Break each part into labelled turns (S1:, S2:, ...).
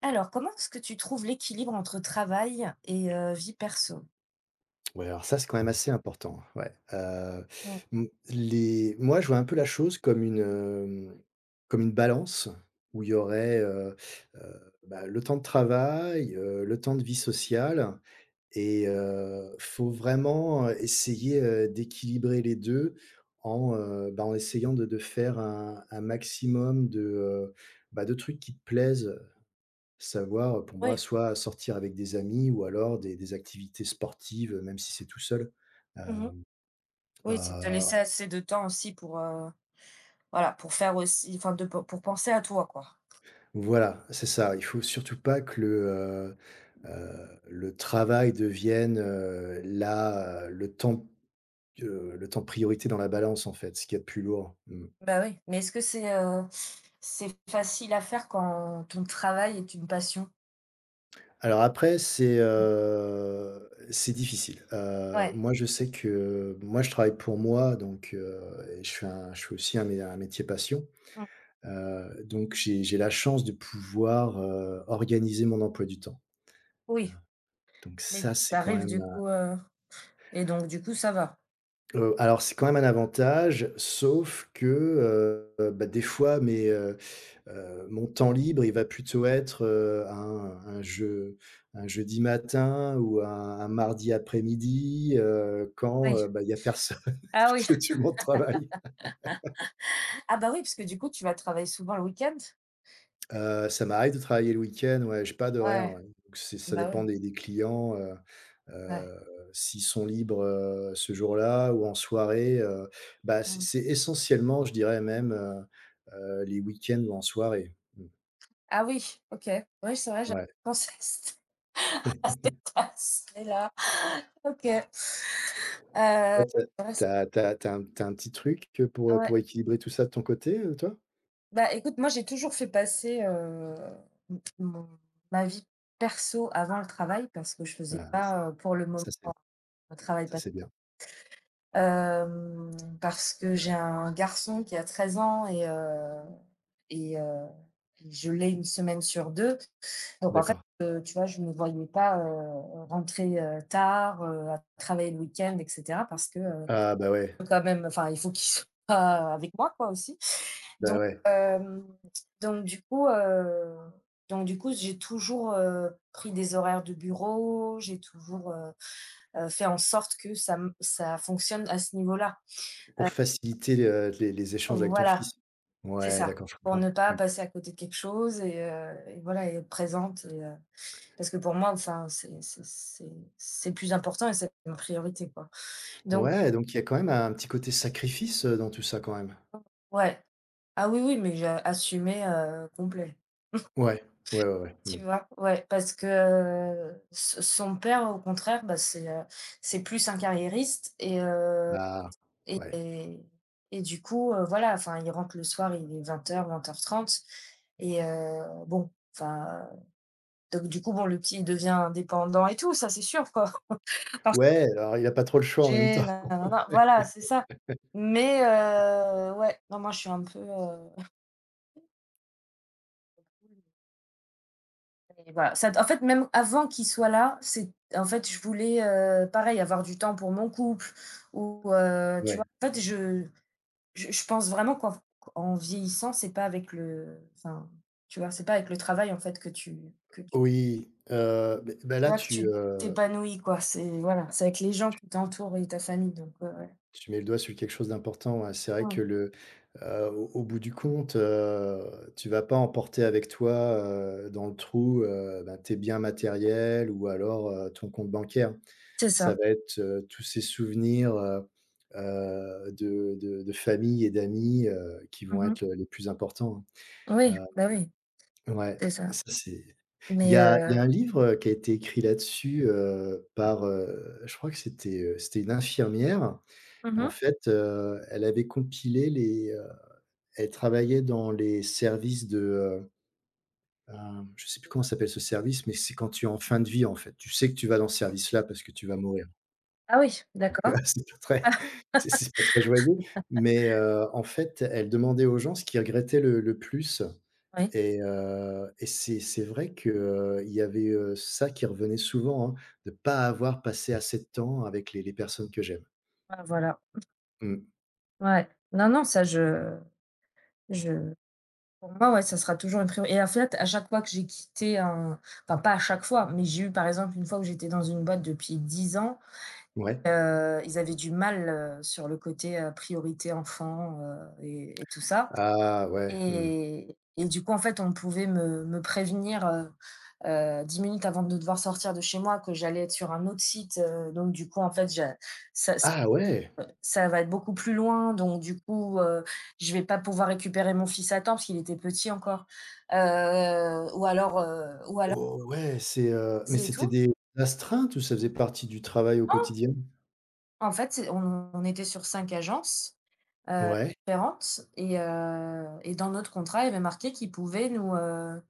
S1: Alors, comment est-ce que tu trouves l'équilibre entre travail et vie perso?
S2: Ouais, alors ça, c'est quand même assez important, ouais.
S1: Mmh,
S2: Mmh, les moi, je vois un peu la chose comme une, comme une balance où il y aurait, le temps de travail, le temps de vie sociale et faut vraiment essayer, d'équilibrer les 2 en, en essayant de faire un maximum de, de trucs qui te plaisent. Savoir, pour moi,
S1: oui.
S2: soit sortir avec des amis ou alors des activités sportives, même si c'est tout seul. Heu,
S1: Mmh. Oui, c'est de te
S2: heu,
S1: laisser assez de temps aussi pour, voilà, pour faire aussi enfin de pe pour penser à toi, quoi.
S2: voilà, c'est ça. Il faut surtout pas que le travail devienne, la le temps priorité dans la balance, en fait, ce qu'il y a de plus lourd. Mmh.
S1: Bah, oui. Mais est-ce que c'est facile à faire quand ton travail est une passion?
S2: Alors après, c'est difficile.
S1: Ouais.
S2: Moi, je sais que moi, je travaille pour moi, donc, et je fais aussi un métier passion.
S1: Mmh.
S2: Donc j'ai la chance de pouvoir, organiser mon emploi du temps.
S1: Oui.
S2: Donc
S1: Mais
S2: ça, c'est quand même
S1: et donc du coup, ça va?
S2: un alors c'est quand même un avantage, sauf que, des fois mon temps libre, il va plutôt être, un jeudi matin ou un mardi après-midi, quand,
S1: Oui.
S2: il y n'y a personne
S1: Ah oui.
S2: parce que tout le monde travaille.
S1: Ah bah, oui, parce que du coup, tu vas travailler souvent le week-end?
S2: Ça m'arrive de travailler le week-end, ouais, j'ai pas d'horaire,
S1: Ouais.
S2: ouais, donc c'est ça
S1: Bah, oui.
S2: dépend des clients,
S1: Ouais.
S2: heu, s'ils sont libres, ce jour-là ou en soirée, c'est
S1: Mmh.
S2: c'est essentiellement, je dirais même, les week-ends ou en soirée. Mmh,
S1: Ah oui, OK. Oui, c'est vrai, j'avais
S2: ouais.
S1: pas pensé à ç Ah c'est classe. Et là, OK. Ouais,
S2: Toi,
S1: c
S2: tu as un petit truc,
S1: ouais.
S2: pour équilibrer tout ça de ton côté, toi?
S1: Bah, écoute, moi, j'ai toujours fait passer, m mon ma vie perso avant le travail parce que je faisais
S2: Ah, ç
S1: pas, pour le moment,
S2: Ça c'est
S1: le travail pa
S2: bien.
S1: hem, parce que j'ai un garçon qui a 13 ans et heu, et je l'ai une semaine sur deux. Donc en fait,
S2: D'accord.
S1: tu vois, je me voyais pas, rentrer, tard, à travailler le week-end et cetera parce que,
S2: Ah bah, ouais,
S1: quand même, enfin, il faut qu'il soit avec moi, quoi, aussi.
S2: bah,
S1: Donc,
S2: ouais,
S1: hem, donc du coup, heu, donc du coup, j'ai toujours, pris des horaires de bureau, j'ai toujours, fait en sorte que ça fonctionne à ce niveau-là.
S2: pour
S1: Heu,
S2: faciliter, les échanges avec ton
S1: voilà,
S2: fils.
S1: c'est
S2: Ouais,
S1: ça,
S2: d'accord, je
S1: pour ne
S2: comprends.
S1: pas
S2: Mmh.
S1: passer à côté de quelque chose et voilà et être présente, parce que pour moi, enfin, c'est le plus important et c'est ma priorité, quoi. Donc
S2: Ouais, donc il y a quand même un petit côté sacrifice, dans tout ça quand même?
S1: ouais. Ah oui, oui, mais j'ai assumé, complet.
S2: Ouais, ouais, ouais, ouais. Mmh.
S1: Tu vois? Ouais, parce que, s son père au contraire, bah, c'est plus un carriériste
S2: Ah,
S1: et
S2: ouais.
S1: et et du coup, voilà, enfin, il rentre le soir, il est 20h, 20h30. Bon, enfin, donc du coup, bon, le petit, il devient indépendant et tout, ça, c'est sûr, quoi. Par
S2: Ouais, alors il a pas trop le choix en même temps.
S1: voilà, c'est ça. Mais ouais, non, moi, je suis un peu. Et voilà, même avant qu'il soit là, je voulais, pareil, avoir du temps pour mon couple. Ou, tu
S2: Ouais.
S1: vois? En fait, je pense vraiment qu'en vieillissant, c'est pas avec le enfin, tu vois? C'est pas avec le travail, en fait, que tu
S2: Oui,
S1: tu
S2: là
S1: vois? Que tu t'épanouis, quoi. C'est avec les gens qui t'entourent et ta famille, donc ouais, ouais.
S2: tu mets le doigt sur quelque chose d'important, ouais. C'est vrai
S1: Mmh.
S2: que au bout du compte, tu vas pas emporter avec toi, dans le trou, tes biens matériels ou alors, ton compte bancaire.
S1: C'est ça.
S2: Ça va être, tous ces souvenirs, de famille et d'amis, qui vont
S1: Mmh mh.
S2: être, les plus importants,
S1: Oui,
S2: hein.
S1: bah, oui,
S2: Ouais,
S1: c'est ça,
S2: ça c'est il
S1: mais
S2: y a
S1: heu
S2: un livre qui a été écrit là-dessus, par, je crois que c'était, c'était une infirmière.
S1: mmh
S2: En
S1: mh.
S2: fait, elle avait compilé elle travaillait dans les services de, je sais plus comment s'appelle ce service, mais c'est quand tu es en fin de vie, en fait. Tu sais que tu vas dans ce service-là parce que tu vas mourir.
S1: Ah oui,
S2: Donc,
S1: d'accord.
S2: c'est pas très joyeux, mais en fait, elle demandait aux gens ce qu'ils regrettaient le plus
S1: Oui,
S2: et c'est vrai que, il y avait, ça qui revenait souvent, hein, de pas avoir passé assez de temps avec les personnes que j'aime.
S1: bah, voilà.
S2: Mmh.
S1: Ouais. Non, non, ça je pour moi, ouais, ça sera toujours une priorité, et en fait, à chaque fois que j'ai quitté un enfin pas à chaque fois, mais j'ai eu par exemple une fois où j'étais dans une boîte depuis 10 ans,
S2: Ouais.
S1: ils avaient du mal, sur le côté, priorité enfant, et tout ça,
S2: Ah ouais, mmh.
S1: du coup, en fait, on pouvait me prévenir, 10 minutes avant de devoir sortir de chez moi que j'allais être sur un autre site, donc du coup, en fait, j'a ça
S2: Ah ouais!
S1: ça va être beaucoup plus loin, donc du coup, je vais pas pouvoir récupérer mon fils à temps parce qu'il était petit encore. Ou alors
S2: Oh ouais, mais
S1: et
S2: c'était
S1: tout.
S2: des astreintes ou ça faisait partie du travail au
S1: Non,
S2: quotidien?
S1: en fait, c'est on était sur 5 agences, heu,
S2: Ouais.
S1: différentes, et dans notre contrat, il y avait marqué qu'ils pouvaient nous,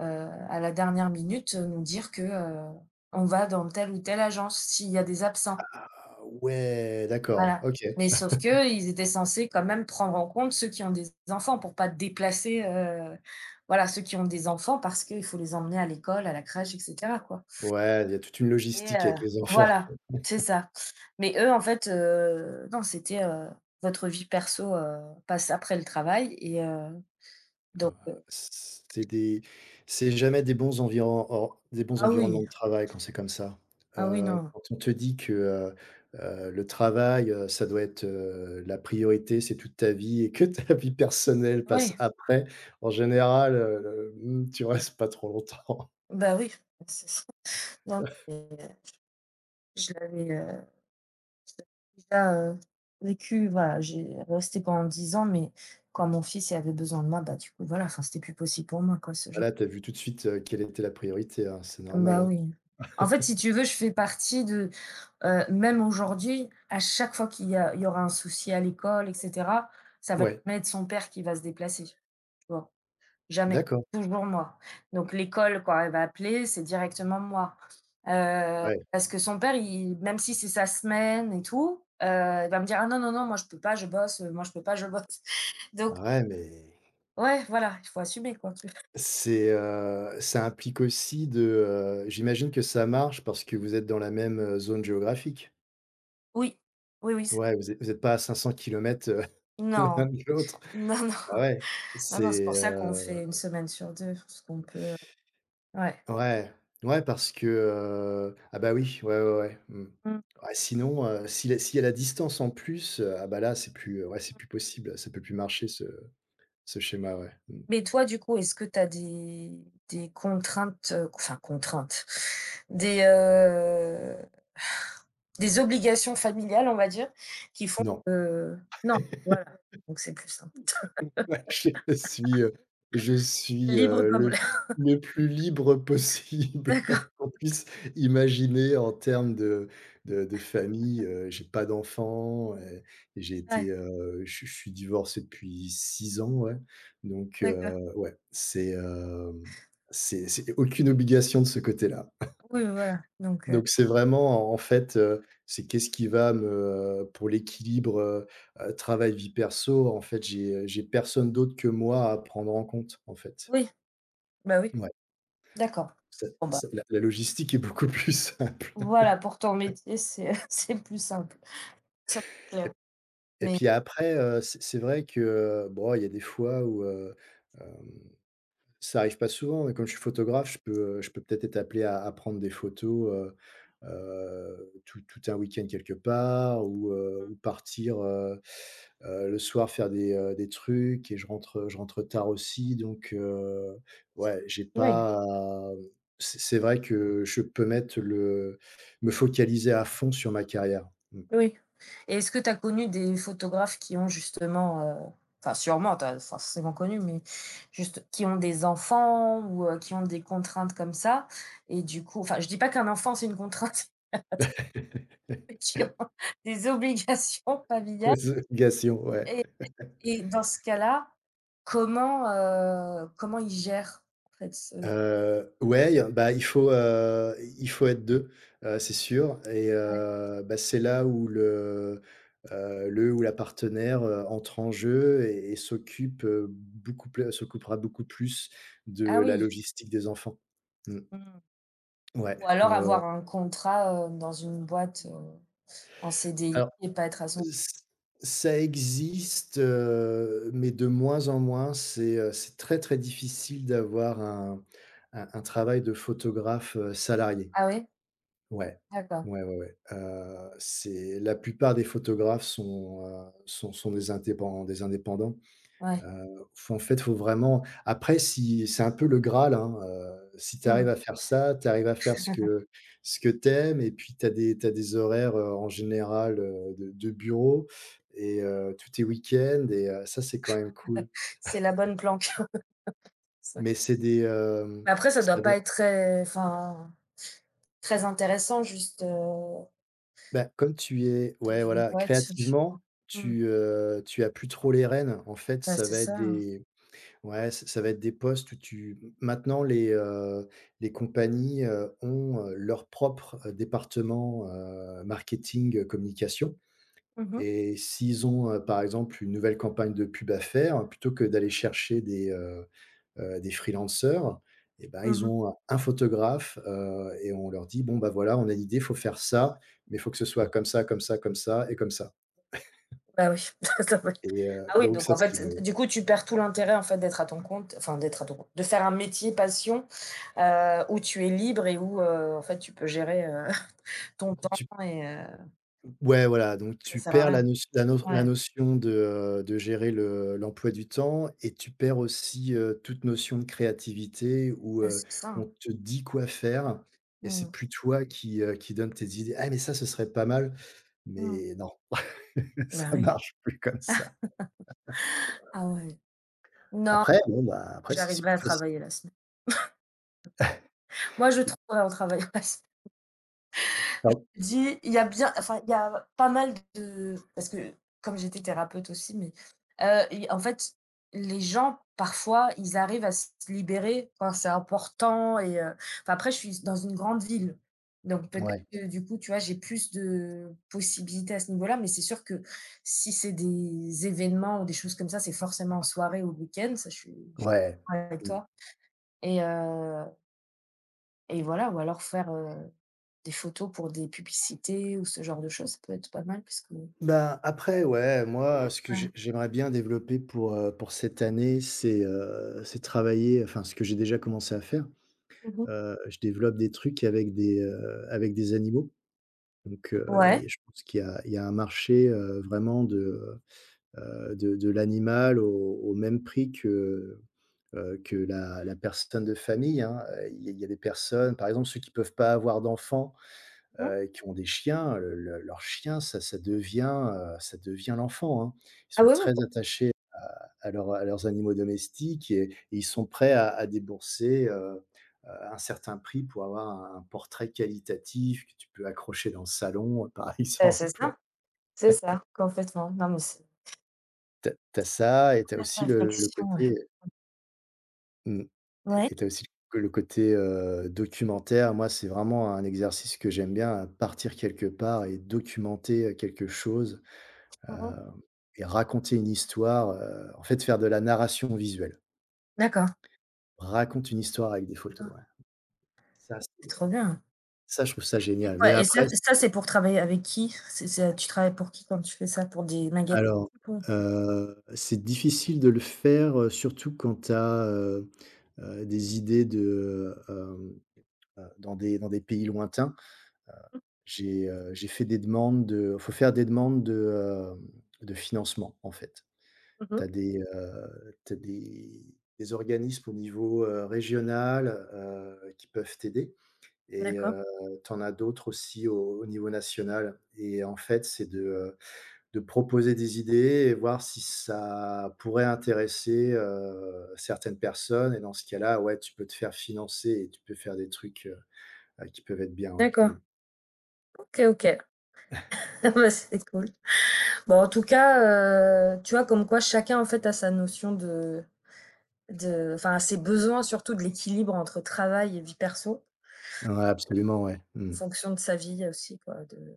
S1: heu, à la dernière minute, nous dire que, on va dans telle ou telle agence s'il y a des absents.
S2: Ah ouais, d'accord,
S1: Voilà,
S2: OK.
S1: mais sauf qu'ils étaient censés quand même prendre en compte ceux qui ont des enfants pour pas déplacer, voilà, ceux qui ont des enfants parce qu'il faut les emmener à l'école, à la crèche et cetera, quoi,
S2: Ouais, il y a toute une
S1: et
S2: logistique
S1: heu,
S2: avec les enfants.
S1: voilà, c'est ça. Mais eux, en fait, non, c'était, votre vie perso, passe après le travail donc heu
S2: C'est des c'est jamais des bons environ or des bons
S1: ah
S2: environnements
S1: oui,
S2: de travail quand c'est comme ça.
S1: ah oui, non.
S2: Quand on te dit que, le travail, ça doit être, la priorité, c'est toute ta vie et que ta vie personnelle passe
S1: Oui,
S2: après, en général, tu restes pas trop longtemps.
S1: bah oui, c'est ça. Non, mais euh, je l'avais déjà, vécu. Voilà, j'ai resté pendant 10 ans, mais quand mon fils, il avait besoin de moi, bah, du coup, voilà, enfin, c'était plus possible pour moi, quoi, ce genre
S2: Voilà, tu as vu tout de suite, quelle était la priorité, hein, c'est normal,
S1: bah,
S2: hein.
S1: oui. En fait, si tu veux, je fais partie de même aujourd'hui, à chaque fois qu'il y a il y aura un souci à l'école et cetera, ça va
S2: Ouais,
S1: jamais être son père qui va se déplacer, tu vois? Jamais,
S2: d'accord,
S1: toujours moi. Donc l'école, quand elle va appeler, c'est directement moi.
S2: ouais,
S1: Parce que son père, il même si c'est sa semaine et tout, il va me dire: «Ah non, non, non, moi je peux pas, je bosse, moi je peux pas, je bosse». Donc
S2: ouais, mais
S1: ouais, voilà, il faut assumer quoi.
S2: c'est, ça implique aussi de, j'imagine que ça marche parce que vous êtes dans la même, zone géographique?
S1: Oui, oui, oui, c'est
S2: Ouais, vous êtes pas à 500 kilomètres l'un
S1: non,
S2: de l'autre.
S1: non, non,
S2: Bah, ouais,
S1: non, non, c'est
S2: c'est,
S1: pour ça qu'on fait une semaine sur 2 parce qu'on peut, ouais.
S2: ouais, ouais parce que, ah, bah, oui, ouais, ouais, ouais, mmh.
S1: Mmh.
S2: Ouais, sinon, si la s'il y a la distance en plus, là, c'est plus, ouais, c'est plus possible, ça peut plus marcher ce schéma, ouais, mmh.
S1: Mais toi, du coup, est-ce que tu as des contraintes, enfin contraintes, des, heu, des obligations familiales, on va dire, qui font
S2: Non.
S1: que non, voilà, donc c'est plus simple.
S2: Ouais, je suis, je suis,
S1: Libre comme
S2: le
S1: l'air.
S2: plus libre possible
S1: D'accord,
S2: qu'on puisse imaginer en termes de famille, j'ai pas d'enfant et
S1: ouais,
S2: je suis divorcé depuis 6 ans, ouais, donc
S1: d'accord.
S2: ouais, c'est aucune obligation de ce côté-là.
S1: Oui, oui, voilà,
S2: Donc c'est vraiment en fait, c'est qu'est-ce qui va me pour l'équilibre, travail, vie perso, en fait, j'ai personne d'autre que moi à prendre en compte, en fait.
S1: oui, bah, oui,
S2: Ouais,
S1: d'accord.
S2: ça
S1: Bon, bah,
S2: ça la logistique est beaucoup plus simple.
S1: voilà, pour ton métier, c'est c'est plus simple. Ça, c'est
S2: et
S1: clair,
S2: et
S1: mais
S2: puis après, c'est vrai que, bon, il y a des fois où, hem ça arrive pas souvent, mais comme je suis photographe, je peux peut-être être appelé à prendre des photos, tout un week-end quelque part ou partir, le soir faire des trucs et je rentre tard aussi donc, ouais, j'ai
S1: oui.
S2: pas c'est vrai que je peux mettre le me focaliser à fond sur ma carrière.
S1: Oui, et est-ce que tu as connu des photographes qui ont justement, enfin sûrement, tu as forcément connu, mais juste qui ont des enfants ou qui ont des contraintes comme ça, et du coup, enfin, je dis pas qu'un enfant c'est une contrainte, mais qui ont des obligations familiales,
S2: Mmh. Ouais, ouais.
S1: et dans ce cas-là, comment ils gèrent en fait ce
S2: Ouais, il y a il faut être 2, c'est sûr et
S1: ouais.
S2: c'est là où le ou la partenaire, entre en jeu et s'occupera beaucoup plus de
S1: Ah
S2: la
S1: oui,
S2: logistique des enfants. Mmh.
S1: mmh.
S2: Ouais,
S1: Ou alors
S2: ouais, ouais, ouais.
S1: avoir un contrat, dans une boîte, en CDI
S2: Alors,
S1: et pas être à son
S2: ç Ça existe, mais de moins en moins. C'est très, très difficile d'avoir un travail de photographe, salarié.
S1: Ah oui?
S2: Ouais.
S1: D'accord,
S2: Ouais, ouais, ouais. C'est la plupart des photographes sont, sont des indépendants.
S1: ouais.
S2: Faut En fait, faut vraiment après si c'est un peu le graal, hein, si tu
S1: Mmh
S2: arrives
S1: mh.
S2: à faire ça, tu arrives à faire ce que t'aimes, et puis tu as des t'as des horaires, en général, de bureau et tous tes week-ends et ça, c'est quand même cool.
S1: C'est la bonne planque. Ça
S2: Mais c'est des, hem,
S1: Mais après ça doit
S2: ça va
S1: pas être très, enfin, très intéressant, juste,
S2: Bah, comme tu es ouais,
S1: peut-être une
S2: voilà,
S1: boîte, je sais pas.
S2: créativement,
S1: Mmh.
S2: tu as plus trop les rênes. En fait,
S1: Bah,
S2: ça
S1: c'est
S2: va être
S1: ça, hein.
S2: des ouais, ç ça va être des postes où tu maintenant les compagnies, ont, leur propre, département, marketing, communication
S1: Mmh mh.
S2: et s'ils ont, par exemple, une nouvelle campagne de pub à faire, plutôt que d'aller chercher des freelancers et ben, ils
S1: Mmh.
S2: ont un photographe, et on leur dit: «Bon, bah, voilà, on a l'idée, il faut faire ça, mais il faut que ce soit Mmh. comme ça, comme ça, comme ça»
S1: Bah, oui. Ça doit être
S2: et
S1: Ah oui,
S2: donc ça,
S1: donc en
S2: c'est le
S1: fait, du coup, tu perds tout l'intérêt, en fait, d'être à ton compte, enfin d'être à ton compte, de faire un métier passion, où tu es libre et où, en fait, tu peux gérer, ton temps,
S2: tu ouais, voilà, donc
S1: ça
S2: tu
S1: sert à
S2: perds
S1: rien.
S2: la notion la no la
S1: Ouais.
S2: notion de gérer le l'emploi du temps et tu perds aussi, toute notion de créativité où,
S1: Ouais, c'est
S2: on
S1: ça.
S2: te dit quoi faire et c'est
S1: Mmh.
S2: plus toi qui donne tes idées: «Ah mais ça, ce serait pas mal»,
S1: Mmh.
S2: mais non,
S1: Bah,
S2: ça
S1: oui.
S2: marche plus comme ça.
S1: Ah ouais. Non,
S2: Après, bon, bah, après c'est
S1: j'arriverai à
S2: plus facile.
S1: travailler la semaine. Moi, je trouverai un travail, ouais, c
S2: Pardon?
S1: dis il y a bien, enfin, il y a pas mal de, parce que comme j'étais thérapeute aussi, mais il en fait, les gens, parfois, ils arrivent à se libérer, enfin, c'est important, enfin, après, je suis dans une grande ville, donc peut-être
S2: Ouais,
S1: que, du coup, tu vois, j'ai plus de possibilités à ce niveau-là, mais c'est sûr que si c'est des événements ou des choses comme ça, c'est forcément en soirée ou le week-end, ça, je suis
S2: ouais.
S1: d'accord avec
S2: Mmh.
S1: toi et heu Et voilà, ou alors faire, des photos pour des publicités ou ce genre de choses, ça peut être pas mal, parce que...
S2: Bah, après, ouais, moi, ce que j'ai
S1: Ouais.
S2: j'aimerais bien développer pour cette année, c'est travailler enfin, ce que j'ai déjà commencé à faire.
S1: Mmh.
S2: Je développe des trucs avec des animaux. Donc, il
S1: Ouais.
S2: y a je pense qu'il y a un marché, vraiment de, de l'animal au même prix que la personne de famille, hein. Il y a des personnes, par exemple, ceux qui peuvent pas avoir d'enfants,
S1: Mmh.
S2: qui ont des chiens, le leur chien, ça devient l'enfant, hein. Ils
S1: Ah
S2: sont
S1: oui,
S2: très
S1: oui,
S2: attachés à leurs animaux domestiques et ils sont prêts à débourser, un certain prix pour avoir un portrait qualitatif que tu peux accrocher dans le salon, par
S1: bah,
S2: exemple.
S1: c'est ça, complètement. Non, mais c'est
S2: T'as as Ça et t'as
S1: première
S2: aussi le
S1: réflexion, ouais.
S2: côté mmh
S1: Ouais.
S2: et tu aussi que le côté, documentaire. Moi, c'est vraiment un exercice que j'aime bien, partir quelque part et documenter, quelque chose. Heu
S1: Mmh.
S2: et raconter une histoire, en fait, faire de la narration visuelle.
S1: D'accord.
S2: Raconte une histoire avec des photos,
S1: Mmh.
S2: ouais. Ça, c'est
S1: C'est trop bien.
S2: Ça, je trouve ça
S1: Et
S2: génial. Mais
S1: quoi, et ça,
S2: après,
S1: c'est pour travailler avec qui? C'est Tu travailles pour qui quand tu fais ça? Pour des magasins?
S2: alors,
S1: Pour
S2: c'est difficile de le faire, surtout quand tu as des idées de, dans des pays lointains. J'ai, j'ai fait des demandes de faut faire des demandes de, de financement, en fait. Tu
S1: Mmh,
S2: as des, tu des organismes au niveau, régional, qui peuvent t'aider et
S1: d'accord,
S2: tu en as d'autres aussi au niveau national et en fait, c'est de proposer des idées et voir si ça pourrait intéresser, certaines personnes et dans ce cas-là, ouais, tu peux te faire financer et tu peux faire des trucs, qui peuvent être bien, ouais.
S1: d'accord.
S2: Mmh.
S1: OK, OK. Ah bah, c'est cool. Bon, en tout cas, tu vois, comme quoi chacun, en fait, a sa notion de... enfin, ses besoins surtout de l'équilibre entre travail et vie perso,
S2: Ouais, absolument, ouais. Mmh.
S1: en fonction de sa vie aussi quoi, de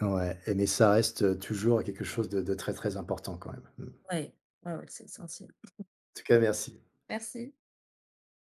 S2: Ouais et mais ça reste, toujours quelque chose de très, très important quand même. Mmh. En
S1: ouais, ouais, ouais, c'est essentiel.
S2: tout cas, merci.
S1: Merci.